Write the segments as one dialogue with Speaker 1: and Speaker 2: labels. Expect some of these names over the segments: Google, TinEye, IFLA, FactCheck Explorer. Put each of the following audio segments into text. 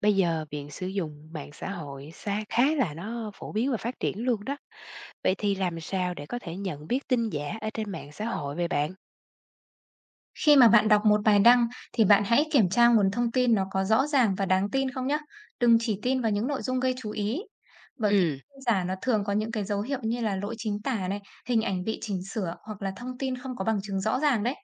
Speaker 1: Bây giờ việc sử dụng mạng xã hội xa khá là phổ biến và phát triển luôn đó. Vậy thì làm sao để có thể nhận biết tin giả ở trên mạng xã hội vậy bạn?
Speaker 2: Khi mà bạn đọc một bài đăng thì bạn hãy kiểm tra nguồn thông tin nó có rõ ràng và đáng tin không nhé. Đừng chỉ tin vào những nội dung gây chú ý. Bởi vì
Speaker 1: Ừ.
Speaker 2: tin giả nó thường có những cái dấu hiệu như là lỗi chính tả này, hình ảnh bị chỉnh sửa hoặc là thông tin không có bằng chứng rõ ràng đấy.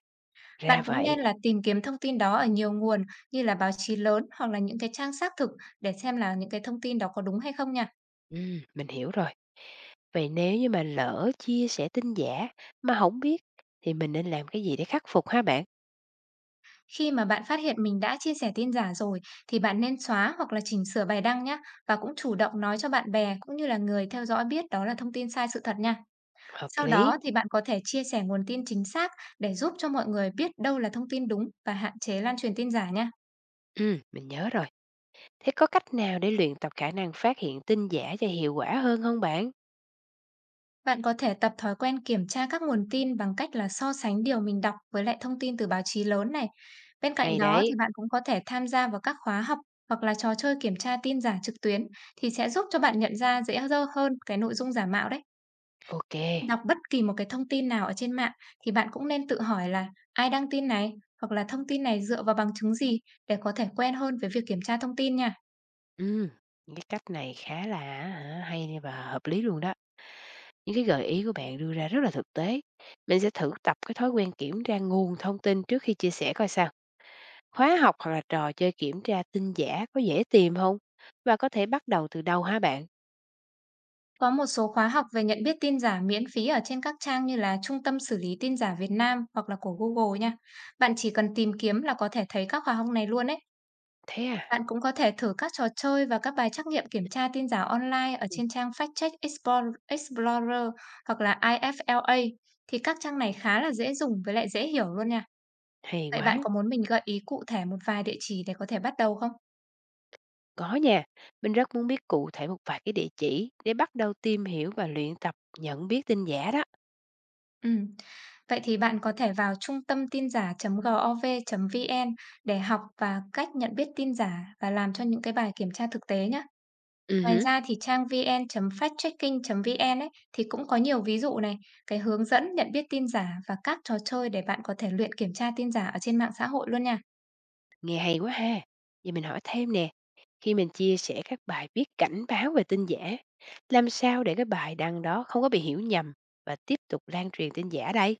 Speaker 2: Bạn
Speaker 1: Ra
Speaker 2: cũng nên
Speaker 1: vậy.
Speaker 2: là tìm kiếm thông tin đó ở nhiều nguồn như là báo chí lớn hoặc là những cái trang xác thực để xem là những cái thông tin đó có đúng hay không nha.
Speaker 1: Ừ, mình hiểu rồi. Vậy nếu như mà lỡ chia sẻ tin giả mà không biết thì mình nên làm cái gì để khắc phục ha bạn?
Speaker 2: Khi mà bạn phát hiện mình đã chia sẻ tin giả rồi thì bạn nên xóa hoặc là chỉnh sửa bài đăng nhé, và cũng chủ động nói cho bạn bè cũng như là người theo dõi biết đó là thông tin sai sự thật nha.
Speaker 1: Hợp
Speaker 2: Sau đó
Speaker 1: lý.
Speaker 2: thì bạn có thể chia sẻ nguồn tin chính xác để giúp cho mọi người biết đâu là thông tin đúng và hạn chế lan truyền tin giả nha.
Speaker 1: Ừ, mình nhớ rồi. Thế có cách nào để luyện tập khả năng phát hiện tin giả cho hiệu quả hơn không bạn?
Speaker 2: Bạn có thể tập thói quen kiểm tra các nguồn tin bằng cách là so sánh điều mình đọc với lại thông tin từ báo chí lớn này. Bên cạnh
Speaker 1: Hay
Speaker 2: đó thì
Speaker 1: đấy.
Speaker 2: bạn cũng có thể tham gia vào các khóa học hoặc là trò chơi kiểm tra tin giả trực tuyến thì sẽ giúp cho bạn nhận ra dễ dơ hơn cái nội dung giả mạo đấy.
Speaker 1: Ok.
Speaker 2: Đọc bất kỳ một cái thông tin nào ở trên mạng thì bạn cũng nên tự hỏi là ai đăng tin này hoặc là thông tin này dựa vào bằng chứng gì để có thể quen hơn với việc kiểm tra thông tin nha.
Speaker 1: Ừ, những cái cách này khá là hay và hợp lý luôn đó. Những cái gợi ý của bạn đưa ra rất là thực tế. Mình sẽ thử tập cái thói quen kiểm tra nguồn thông tin trước khi chia sẻ coi sao. Khóa học hoặc là trò chơi kiểm tra tin giả có dễ tìm không? Và có thể bắt đầu từ đâu hả bạn?
Speaker 2: Có một số khóa học về nhận biết tin giả miễn phí ở trên các trang như là Trung tâm xử lý tin giả Việt Nam hoặc là của Google nha. Bạn chỉ cần tìm kiếm là có thể thấy các khóa học này luôn ấy.
Speaker 1: Thế à?
Speaker 2: Bạn cũng có thể thử các trò chơi và các bài trắc nghiệm kiểm tra tin giả online ở
Speaker 1: Ừ.
Speaker 2: trên trang FactCheck Explorer hoặc là IFLA. Thì các trang này khá là dễ dùng với lại dễ hiểu luôn nha.
Speaker 1: Hay
Speaker 2: Vậy bạn
Speaker 1: quá.
Speaker 2: có muốn mình gợi ý cụ thể một vài địa chỉ để có thể bắt đầu không?
Speaker 1: Có nha. Mình rất muốn biết cụ thể một vài cái địa chỉ để bắt đầu tìm hiểu và luyện tập nhận biết tin giả đó.
Speaker 2: Ừm. Vậy thì bạn có thể vào trung tâm tin giả.gov.vn để học và cách nhận biết tin giả và làm cho những cái bài kiểm tra thực tế nhé.
Speaker 1: Ừ
Speaker 2: Ngoài
Speaker 1: hử.
Speaker 2: ra thì trang vn.factchecking.vn ấy thì cũng có nhiều ví dụ này, cái hướng dẫn nhận biết tin giả và các trò chơi để bạn có thể luyện kiểm tra tin giả ở trên mạng xã hội luôn nha.
Speaker 1: Nghe hay quá ha. Vậy mình hỏi thêm nè, khi mình chia sẻ các bài viết cảnh báo về tin giả, làm sao để cái bài đăng đó không có bị hiểu nhầm và tiếp tục lan truyền tin giả đây?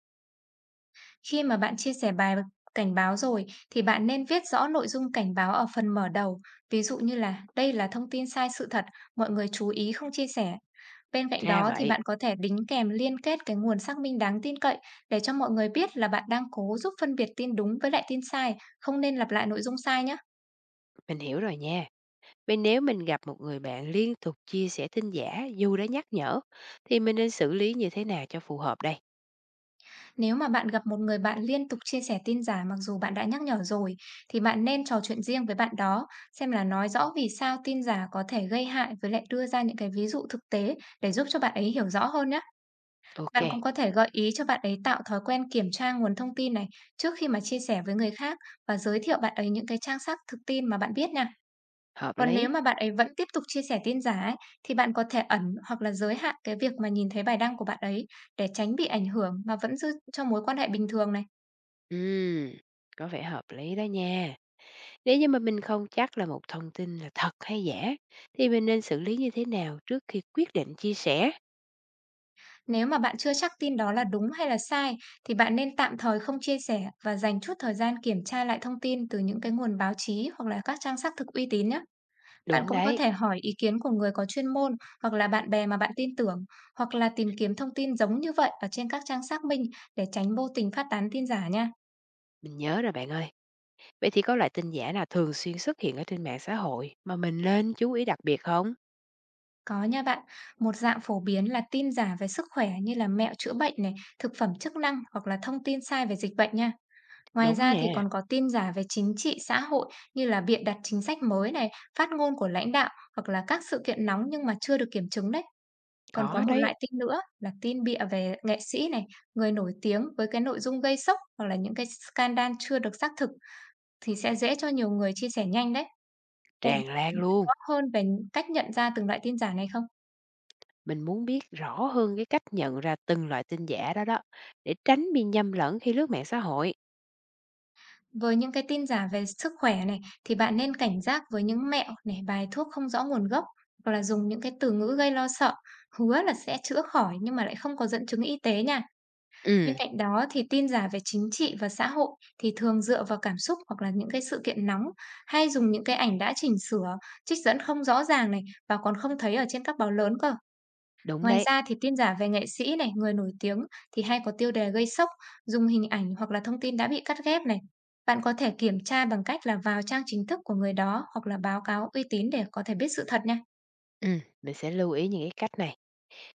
Speaker 2: Khi mà bạn chia sẻ bài cảnh báo rồi thì bạn nên viết rõ nội dung cảnh báo ở phần mở đầu, ví dụ như là đây là thông tin sai sự thật, mọi người chú ý không chia sẻ. Bên cạnh
Speaker 1: Ra
Speaker 2: đó thì
Speaker 1: vậy,
Speaker 2: bạn có thể đính kèm liên kết cái nguồn xác minh đáng tin cậy để cho mọi người biết là bạn đang cố giúp phân biệt tin đúng với lại tin sai, không nên lặp lại nội dung sai nhé.
Speaker 1: mình hiểu rồi nha. Vậy nếu mình gặp một người bạn liên tục chia sẻ tin giả dù đã nhắc nhở, thì mình nên xử lý như thế nào cho phù hợp đây?
Speaker 2: Nếu mà bạn gặp một người bạn liên tục chia sẻ tin giả mặc dù bạn đã nhắc nhở rồi thì bạn nên trò chuyện riêng với bạn đó, xem là nói rõ vì sao tin giả có thể gây hại với lại đưa ra những cái ví dụ thực tế để giúp cho bạn ấy hiểu rõ hơn nhé.
Speaker 1: Ok,
Speaker 2: Bạn cũng có thể gợi ý cho bạn ấy tạo thói quen kiểm tra nguồn thông tin này trước khi mà chia sẻ với người khác, và giới thiệu bạn ấy những cái trang xác thực tin mà bạn biết nha.
Speaker 1: hợp
Speaker 2: Còn nếu
Speaker 1: lý.
Speaker 2: mà bạn ấy vẫn tiếp tục chia sẻ tin giả ấy, thì bạn có thể ẩn hoặc là giới hạn cái việc mà nhìn thấy bài đăng của bạn ấy để tránh bị ảnh hưởng mà vẫn giữ cho mối quan hệ bình thường này.
Speaker 1: Ừm, có vẻ hợp lý đó nha. Nếu như mà mình không chắc là một thông tin là thật hay giả, thì mình nên xử lý như thế nào trước khi quyết định chia sẻ?
Speaker 2: Nếu mà bạn chưa chắc tin đó là đúng hay là sai thì bạn nên tạm thời không chia sẻ và dành chút thời gian kiểm tra lại thông tin từ những cái nguồn báo chí hoặc là các trang xác thực uy tín nhé. Bạn
Speaker 1: Đúng
Speaker 2: cũng có
Speaker 1: đấy,
Speaker 2: thể hỏi ý kiến của người có chuyên môn hoặc là bạn bè mà bạn tin tưởng, hoặc là tìm kiếm thông tin giống như vậy ở trên các trang xác minh để tránh vô tình phát tán tin giả nha.
Speaker 1: mình nhớ rồi bạn ơi. Vậy thì có loại tin giả nào thường xuyên xuất hiện ở trên mạng xã hội mà mình nên chú ý đặc biệt không?
Speaker 2: Có nha bạn, một dạng phổ biến là tin giả về sức khỏe như là mẹo chữa bệnh này, thực phẩm chức năng hoặc là thông tin sai về dịch bệnh nha. Ngoài
Speaker 1: Đúng
Speaker 2: ra
Speaker 1: nha,
Speaker 2: thì còn có tin giả về chính trị, xã hội như là bịa đặt chính sách mới này, phát ngôn của lãnh đạo hoặc là các sự kiện nóng nhưng mà chưa được kiểm chứng đấy. Còn có
Speaker 1: có
Speaker 2: một loại
Speaker 1: đấy,
Speaker 2: tin nữa là tin bịa về nghệ sĩ này, người nổi tiếng với cái nội dung gây sốc hoặc là những cái scandal chưa được xác thực thì sẽ dễ cho nhiều người chia sẻ nhanh đấy. Bạn
Speaker 1: tràn lan
Speaker 2: biết
Speaker 1: luôn.
Speaker 2: rõ hơn về cách nhận ra từng loại tin giả này không?
Speaker 1: Mình muốn biết rõ hơn cái cách nhận ra từng loại tin giả đó đó, để tránh bị nhầm lẫn khi lướt mạng xã hội.
Speaker 2: Với những cái tin giả về sức khỏe này thì bạn nên cảnh giác với những mẹo này, bài thuốc không rõ nguồn gốc hoặc là dùng những cái từ ngữ gây lo sợ, hứa là sẽ chữa khỏi nhưng mà lại không có dẫn chứng y tế nha. Bên
Speaker 1: Ừ,
Speaker 2: cạnh đó thì tin giả về chính trị và xã hội thì thường dựa vào cảm xúc hoặc là những cái sự kiện nóng, hay dùng những cái ảnh đã chỉnh sửa, trích dẫn không rõ ràng này và còn không thấy ở trên các báo lớn cơ.
Speaker 1: đúng
Speaker 2: Ngoài
Speaker 1: đấy.
Speaker 2: ra thì tin giả về nghệ sĩ này, người nổi tiếng thì hay có tiêu đề gây sốc, dùng hình ảnh hoặc là thông tin đã bị cắt ghép này. Bạn có thể kiểm tra bằng cách là vào trang chính thức của người đó hoặc là báo cáo uy tín để có thể biết sự thật nha.
Speaker 1: Ừ, mình sẽ lưu ý những cái cách này.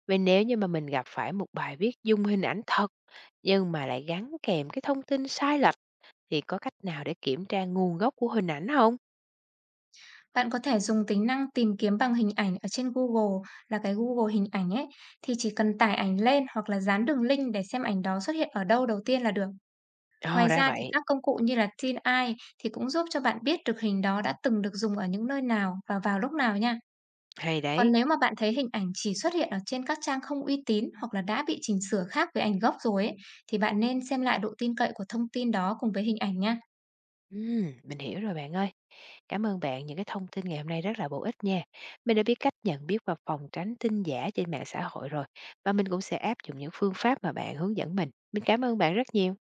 Speaker 1: Vậy nếu như mà mình gặp phải một bài viết dùng hình ảnh thật nhưng mà lại gắn kèm cái thông tin sai lệch thì có cách nào để kiểm tra nguồn gốc của hình ảnh không?
Speaker 2: Bạn có thể dùng tính năng tìm kiếm bằng hình ảnh ở trên Google, là cái Google hình ảnh ấy, thì chỉ cần tải ảnh lên hoặc là dán đường link để xem ảnh đó xuất hiện ở đâu đầu tiên là được. Ngoài
Speaker 1: Ồ, ra
Speaker 2: ra thì
Speaker 1: vậy.
Speaker 2: các công cụ như là TinEye thì cũng giúp cho bạn biết được hình đó đã từng được dùng ở những nơi nào và vào lúc nào nha.
Speaker 1: Hay
Speaker 2: Còn
Speaker 1: đấy.
Speaker 2: nếu mà bạn thấy hình ảnh chỉ xuất hiện ở trên các trang không uy tín hoặc là đã bị chỉnh sửa khác với ảnh gốc rồi ấy, thì bạn nên xem lại độ tin cậy của thông tin đó cùng với hình ảnh nha.
Speaker 1: Mình hiểu rồi bạn ơi. Cảm ơn bạn những cái thông tin ngày hôm nay rất là bổ ích nha. Mình đã biết cách nhận biết và phòng tránh tin giả trên mạng xã hội rồi và mình cũng sẽ áp dụng những phương pháp mà bạn hướng dẫn mình. Mình cảm ơn bạn rất nhiều.